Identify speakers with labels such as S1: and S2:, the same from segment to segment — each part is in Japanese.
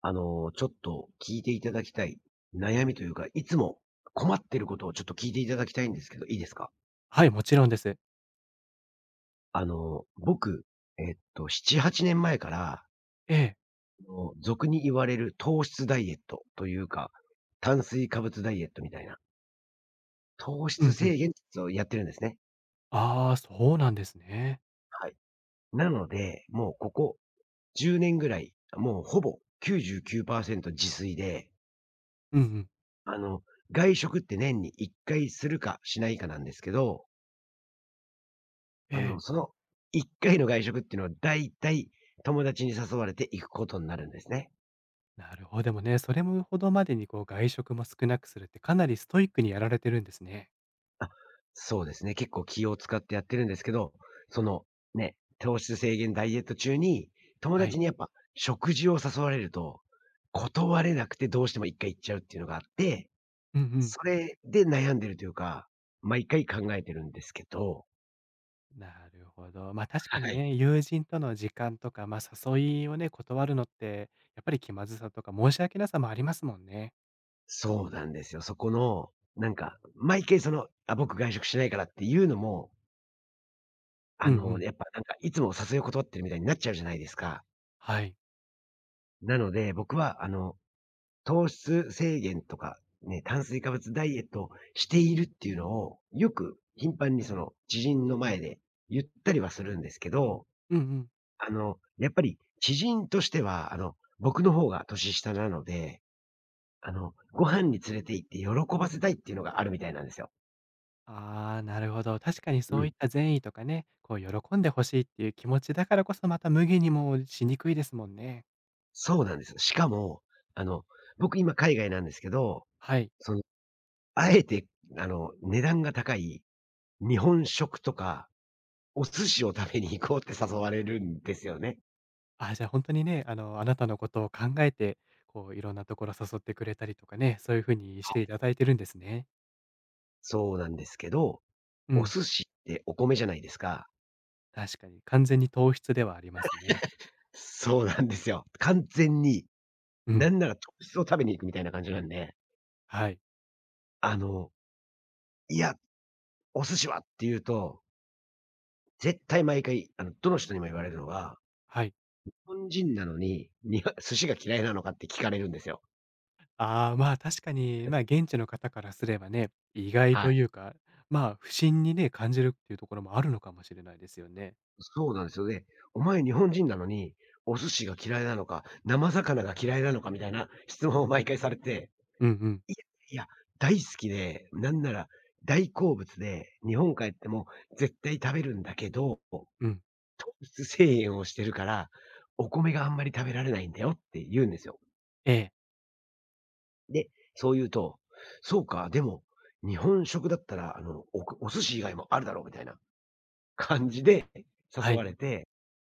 S1: ちょっと聞いていただきたい悩みというか、いつも困ってることをちょっと聞いていただきたいんですけど、いいですか？
S2: はい、もちろんです。
S1: 僕、7、8年前から、
S2: ええ。
S1: 俗に言われる糖質ダイエットというか、炭水化物ダイエットみたいな、糖
S2: う
S1: 質
S2: んうん。
S1: 制限をやってるんですね。
S2: ああ、そうなんですね。
S1: はい。なので、もうここ10年ぐらい、もうほぼ99%自炊で、
S2: うんうん。
S1: あの、外食って年に1回するかしないかなんですけど。
S2: ええ。
S1: その1回の外食っていうのは、だいたい友達に誘われて行くことになるんですね。
S2: なるほど。でもね、それもほどまでにこう外食も少なくするってかなりストイックにやられてるんですね。
S1: あ、そうですね。結構気を使ってやってるんですけど、その、ね、糖質制限ダイエット中に、友
S2: は
S1: 達
S2: い。
S1: にやっぱ食事を誘われると、断れなくてどうしても1回行っちゃうっていうのがあって、
S2: うんうん。
S1: それで悩んでるというか、毎回考えてるんですけど。
S2: なるほど。ま、あ確か
S1: は
S2: に
S1: い。
S2: ね、友人との時間とか、ま、あ誘いをね、断るのって、やっぱり気まずさとか申し訳なさもありますもんね。
S1: そうなんですよ。そこの、なんか、毎回僕外食しないからっていうのも、
S2: うんうん。
S1: やっぱなんか、いつもお誘いを断ってるみたいになっちゃうじゃないですか。
S2: はい。
S1: なので、僕は糖質制限とか、ね、炭水化物ダイエットをしているっていうのを、よく頻繁に知人の前で言ったりはするんですけど、
S2: うんうん。
S1: やっぱり知人としては、僕の方が年下なので、ご飯に連れて行って喜ばせたいっていうのがあるみたいなんですよ。
S2: ああ、なるほど。確かに
S1: う
S2: そう
S1: ん。
S2: いった善意とかね、こう喜んでほしいっていう気持ちだからこそ、また無限にもしにくいですもんね。
S1: そうなんです。しかも、あの、僕今海外なんですけど、
S2: はい。
S1: そのあえて、値段が高い日本食とか、お寿司を食べに行こうって誘われるんですよね。
S2: あ、じゃあ本当にね、あなたのことを考えて、こういろんなところ誘ってくれたりとかね、そういう風にし
S1: は
S2: てい
S1: い。
S2: ただいてるんですね。
S1: そうなんですけど、
S2: う
S1: お
S2: ん、
S1: 寿司ってお米じゃないですか。
S2: 確かに完全に糖質ではありますね。
S1: そうなんですよ。完全に、
S2: う
S1: な
S2: ん、
S1: んなら特質を食べに行くみたいな感じなんで、
S2: はい、
S1: あの、いや、お寿司はって言うと、絶対毎回、どの人にも言われるのが、
S2: はい。
S1: 日本人なのに、には寿司が嫌いなのかって聞かれるんですよ。
S2: ああ、まあ、確かに、ま、あ現地の方からすればね、意外
S1: は
S2: と
S1: い。
S2: いうか、まあ、不審にね、感じるっていうところもあるのかもしれないですよね。
S1: そうなんですよ。ね、お前日本人なのに、お寿司が嫌いなのか、生魚が嫌いなのかみたいな質問を毎回されて、
S2: うんうん、
S1: いやいや、大好きで、なんなら大好物で、日本帰っても絶対食べるんだけど、
S2: うん。
S1: 糖質制限をしてるから、お米があんまり食べられないんだよって言うんですよ。
S2: ええ、
S1: で、そう言うと、そうか、でも、日本食だったら、おお寿司以外もあるだろうみたいな感じで誘
S2: は
S1: わ
S2: い、
S1: れて、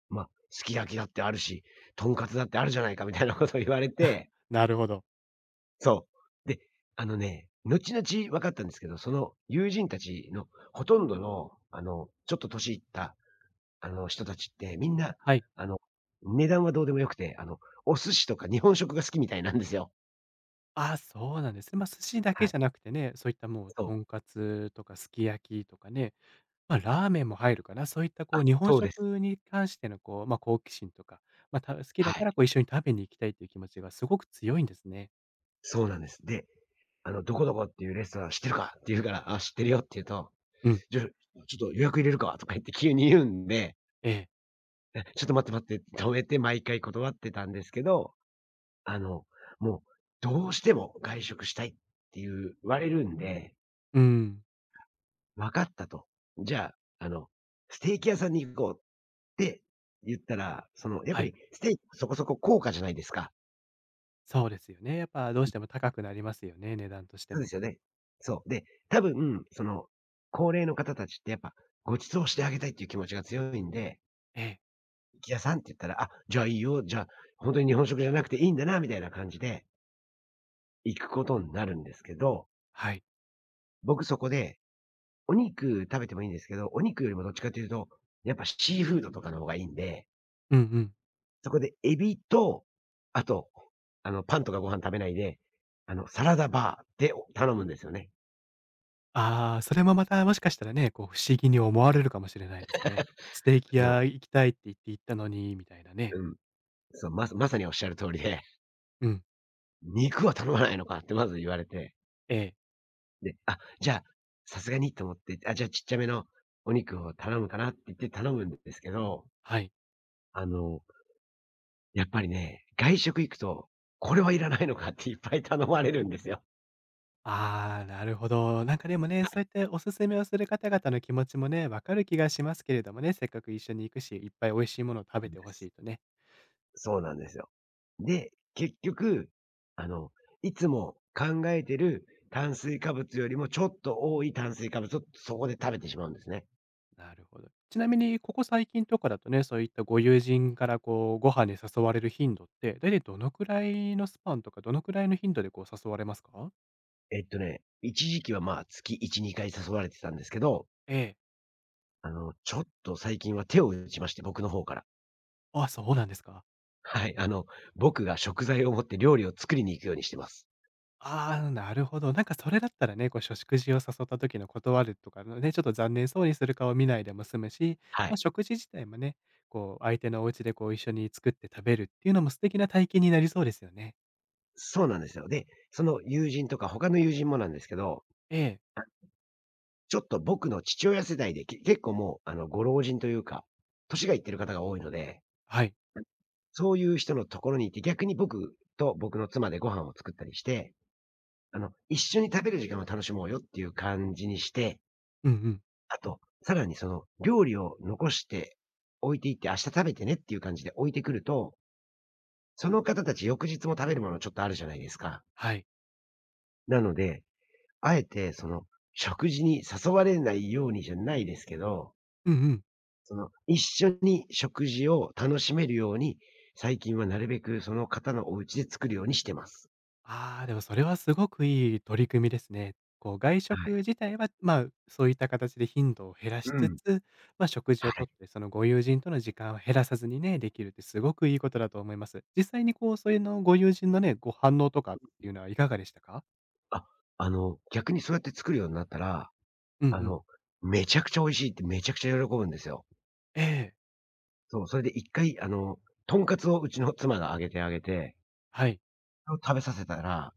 S1: まあ、すき焼きだってあるし、とんかつだってあるじゃないかみたいなことを言われて、
S2: なるほど。
S1: そう。で、後々分かったんですけど、その友人たちのほとんどの、ちょっと年いった、人たちってみんな、
S2: はい。
S1: あの、値段はどうでもよくて、お寿司とか日本食が好きみたいなんですよ。
S2: ああ、そうなんですね。ま、寿司だ
S1: は
S2: けじ
S1: い。
S2: ゃなくてね、そういったもう
S1: そう。
S2: とんかつとかすき焼きとかね、まあ、ラーメンも入るかな。そういったこ
S1: あ、
S2: う日本
S1: そうです。
S2: 食に関してのこう、まあ、好奇心とか、まあ、た好き
S1: は
S2: だか
S1: い。
S2: らこう一緒に食べに行きたいという気持ちがすごく強いんですね。
S1: そうなんです。で、「どこどこっていうレストラン知ってるか？」って言うから、「あ、知ってるよ」って言うと、
S2: うん。
S1: 「じゃあ、ちょっと予約入れるか」とか言って急に言うんで
S2: ええ。
S1: え、ちょっと待って待って、止めて毎回断ってたんですけど、あの、もう、どうしても外食したいっていう、言われるんで、
S2: うん。
S1: 分かったと。じゃあ、ステーキ屋さんに行こうって言ったら、やっ
S2: は
S1: ぱ
S2: い。
S1: りステーキそこそこ高価じゃないですか。
S2: そうですよね。やっぱどうしても高くなりますよね、値段として
S1: そうで
S2: も。
S1: すよね。そう。で、多分、高齢の方たちってやっぱ、ご馳走してあげたいっていう気持ちが強いんで、
S2: ええ。
S1: 行き屋さんって言ったら、あ、じゃあいいよ、じゃあ、本当に日本食じゃなくていいんだなみたいな感じで、行くことになるんですけど、
S2: はい。
S1: 僕そこで、お肉食べてもいいんですけど、お肉よりもどっちかというと、やっぱシーフードとかの方がいいんで、
S2: うんうん。
S1: そこでエビと、あと、パンとかご飯食べないで、サラダバーで頼むんですよね。
S2: ああ、それもまたもしかしたらね、こう不思議に思われるかもしれないですね。ステーキ
S1: も
S2: 屋行きたいって言って行ったのにみたいなね。
S1: う、うん、そう、まさまさにおっしゃる通りで、
S2: うん。
S1: 肉は頼まないのかってまず言われて、
S2: ええ。
S1: で、じゃあ、さすがにと思って、じゃあちっちゃめのお肉を頼むかなって言って頼むんですけど、
S2: はい。
S1: あの、やっぱりね、外食行くと、これはいらないのかっていっぱい頼まれるんですよ。
S2: ああ、なるほど。なんかでもね、
S1: は
S2: そ
S1: い。
S2: うやっておすすめをする方々の気持ちもね、わかる気がしますけれどもね、せっかく一緒に行くし、いっぱい美味しいものを食
S1: そ
S2: べ
S1: う
S2: て
S1: で
S2: ほし
S1: す。
S2: いとね。
S1: そうなんですよ。で、結局、あの、いつも考えてる炭水化物よりもちょっと多い炭水化物をそこで食べてしまうんですね。
S2: なるほど。ちなみに、ここ最近とかだとね、そういったご友人からこう、ご飯に誘われる頻度って、だいたいどのくらいのスパンとか、どのくらいの頻度でこう誘われますか？
S1: 一時期はまあ月1、2回誘われてたんですけど、
S2: ええ。
S1: ちょっと最近は手を打ちまして、僕の方から。
S2: あ、そうなんですか。
S1: はい。僕が食材を持って料理を作りに行くようにしてます。
S2: ああ、なるほど。なんかそれだったらね、こう、しょ食事を誘った時の断るとかのね、ちょっと残念そうにする顔見ないでも済むし、
S1: は
S2: ま
S1: い。
S2: あ、食事自体もね、こう、相手のお家でこう一緒に作って食べるっていうのも素敵な体験になりそうですよね。
S1: そうなんですよ。で、その友人とか他の友人もなんですけど、
S2: ええ、
S1: ちょっと僕の父親世代で、結構もう、ご老人というか、年がいってる方が多いので、
S2: はい。
S1: そういう人のところに行って、逆に僕と僕の妻でご飯を作ったりして、一緒に食べる時間を楽しもうよっていう感じにして、
S2: うんうん。
S1: あと、さらに料理を残して置いていって、明日食べてねっていう感じで置いてくると、その方たち翌日も食べるものちょっとあるじゃないですか。
S2: はい。
S1: なので、あえて食事に誘われないようにじゃないですけど、
S2: うんうん。
S1: 一緒に食事を楽しめるように、最近はなるべくその方のお家で作るようにしてます。
S2: ああ、でもそれはすごくいい取り組みですね。こう外
S1: は
S2: 食
S1: い。
S2: 自体は、まあ、そういった形で頻度を減らし
S1: う
S2: つ
S1: ん。
S2: つ、まあ、食事を
S1: は
S2: と
S1: い。
S2: って、そのご友人との時間を減らさずにね、できるってすごくいいことだと思います。実際にこう、それのご友人のね、ご反応とかっていうのはいかがでしたか？
S1: あ、逆にそうやって作るようになったら、
S2: うんう
S1: あ
S2: ん。
S1: の、めちゃくちゃ美味しいってめちゃくちゃ喜ぶんですよ。
S2: ええ、
S1: そう、それで一回、とんかつをうちの妻が揚げてあげて、
S2: はい。
S1: それを食べさせたら、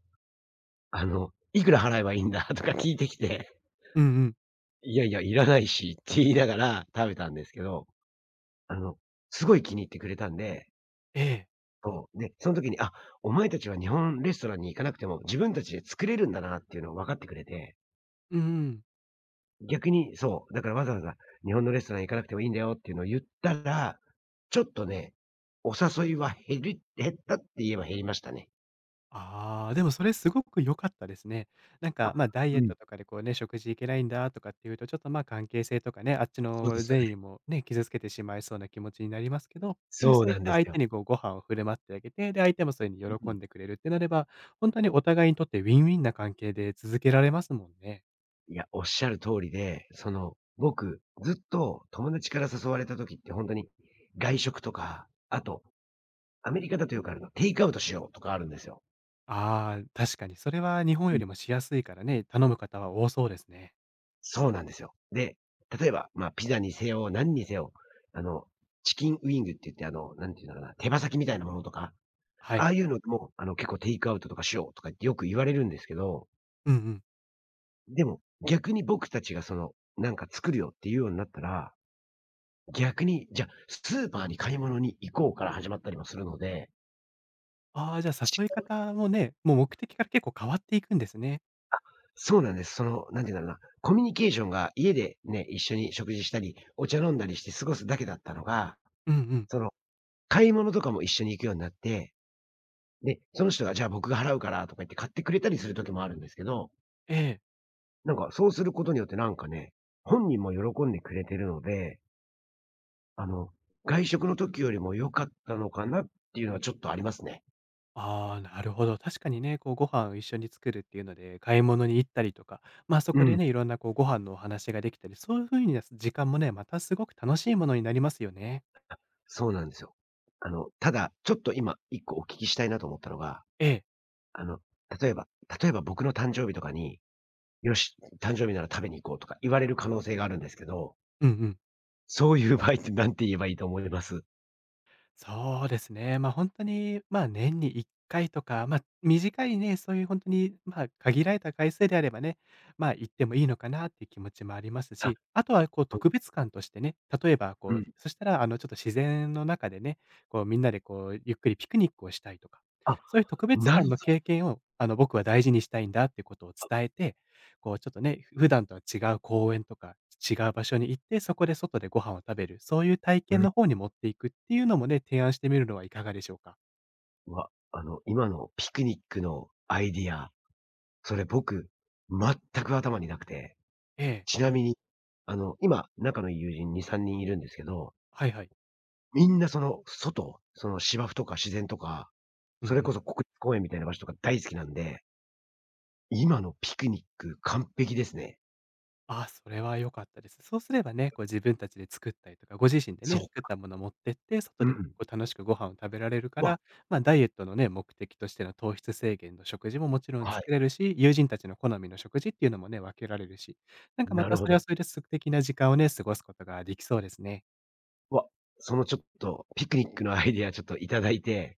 S1: いくら払えばいいんだ とか聞いてきて、
S2: うんうん。
S1: いやいや、いらないしって言いながら食べたんですけど、あの、すごい気に入ってくれたんで、
S2: ええ。
S1: そう、で、その時に、あ、お前たちは日本レストランに行かなくても、自分たちで作れるんだなっていうのを分かってくれて、
S2: うんうん。
S1: 逆にそう、だからわざわざ日本のレストラン行かなくてもいいんだよっていうのを言ったら、ちょっとね、お誘いは減ったって言えば減りましたね。
S2: ああ、でもそれすごく良かったですね。なんか、
S1: あ、
S2: ま、あダイ
S1: う
S2: エッ
S1: ん、
S2: トとかでこうね、食事いけないんだとかっていうと、ちょっと、ま、あ関係性とかね、あっち
S1: そうで
S2: の
S1: すよね。
S2: 善意もね、傷つけてしまいそうな気持ちになりますけど、でも
S1: そう
S2: そうい
S1: な
S2: っ
S1: ん
S2: た
S1: です
S2: 相
S1: よ。
S2: 手にこうご飯を振る舞ってあげて、で、相手もそれに
S1: う
S2: 喜
S1: ん。
S2: んでくれるってなれば、本当にお互いにとってウィンウィンな関係で続けられますもんね。
S1: いや、おっしゃる通りで、僕、ずっと友達から誘われた時って本当に、外食とか、あと、アメリカだとよくあるのテイクアウトしようとかあるんですよ。
S2: ああ、確かにそれは日本
S1: う
S2: よ
S1: ん。
S2: りもしやすいからね、頼む方は多そうですね。
S1: そうなんですよ。で、例えば、まあ、ピザにせよ、何にせよ、あの、チキンウィングって言って、なんていうのかな、手羽先みたいなものとか、
S2: は
S1: あ
S2: い。
S1: あいうのも、結構テイクアウトとかしようとかってよく言われるんですけど、
S2: うんうん。
S1: でも、逆に僕たちがなんか作るよっていうようになったら、逆に、じゃあ、スーパーに買い物に行こうから始まったりもするので、
S2: ああ、じゃあ
S1: し
S2: 誘い方もね、もう目的から結構変わっていくんですね。
S1: そうなんです。なんていうんだろうな、コミュニケーションが家でね、一緒に食事したり、お茶飲んだりして過ごすだけだったのが、
S2: うんうん。
S1: その買い物とかも一緒に行くようになって、で、その人がじゃあ僕が払うからとか言って買ってくれたりする時もあるんですけど、
S2: ええ。
S1: なんかそうすることによってなんかね、本人も喜んでくれてるので、あの、外食の時よりも良かったのかなっていうのはちょっとありますね。
S2: ああ、なるほど。確かにね、こうご飯を一緒に作るっていうので、買い物に行ったりとか、まあ、そ
S1: う
S2: こで
S1: ん、
S2: ね、いろんなこうご飯のお話ができたり、そういう風な時間もね、またすごく楽しいものになりますよね。
S1: そうなんですよ。ただ、ちょっと今1個お聞きしたいなと思ったのが、
S2: ええ。
S1: あの、例えば僕の誕生日とかに、よし、誕生日なら食べに行こうとか言われる可能性があるんですけど、
S2: うんうん。
S1: そういう場合って何て言えばいいと思います？
S2: そうですね。ま、あ本当に、ま、年に1回とか、ま、短いね、そういう本当に、ま、限られた回数であればね、ま、行ってもいいのかなっていう気持ちもあります
S1: あ、
S2: し、あとはこう特別感としてね、例えば
S1: う
S2: こう、
S1: ん。
S2: そしたらちょっと自然の中でね、こうみんなでこうゆっくりピクニックをしたいとか、
S1: あ、
S2: そういう特別
S1: なる
S2: 感の経験を僕は大事にしたいんだってことを伝えてこうちょっとね、普段とは違う公園とか、違う場所に行って、そこで外でご飯を食べる、そういう体
S1: ほど。
S2: 験
S1: うん。
S2: の方に持っていくっていうのもね、提案してみるのはいかがでしょうか？
S1: わ、今のピクニックのアイディア、それ僕、全く頭になくて。
S2: ええ、
S1: ちなみに、今、仲のいい友人2、3人いるんですけど、
S2: はいはい。
S1: みんなその外、その芝生とか自然とか、
S2: うん
S1: そ
S2: う
S1: れこ
S2: ん。
S1: そ国立公園みたいな場所とか大好きなんで、今のピクニック完璧ですね。
S2: ああ、それは良かったです。そうすればね、こう自分たちで作ったりとか、ご自身で
S1: そ
S2: ね、
S1: う。
S2: 作ったものを持ってって、外
S1: う
S2: で
S1: ん。
S2: こう楽しくご飯を食べられるか
S1: わ、
S2: ら、ま、ダイエットのね、目的としての糖質制限の食事ももちろん
S1: はい。
S2: 作れるし、友人たちの好みの食事っていうのもね、分けられるし、なんかま
S1: なる
S2: た
S1: ほ
S2: それは
S1: ど。
S2: それで素敵な時間をね、過ごすことができそうですね。
S1: わ、そのちょっとピクニックのアイディアちょっといただいて、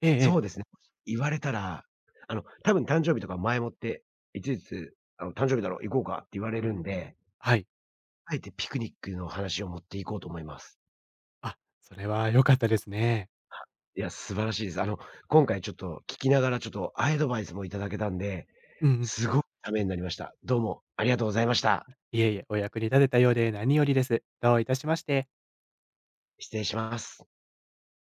S2: えええ
S1: そ
S2: え、
S1: うですね。言われたら、多分誕生日とか前もって、いちいち、「誕生日だろ、行こうか」って言われるんで、
S2: はい。
S1: あえてピクニックの話を持っていこうと思います。
S2: あ、それ
S1: いや、素晴らしいです。今回ちょっと聞きながらちょっとアドバイスもいただけたんで、すごくためになりました。どうもありがとうございました。失礼します。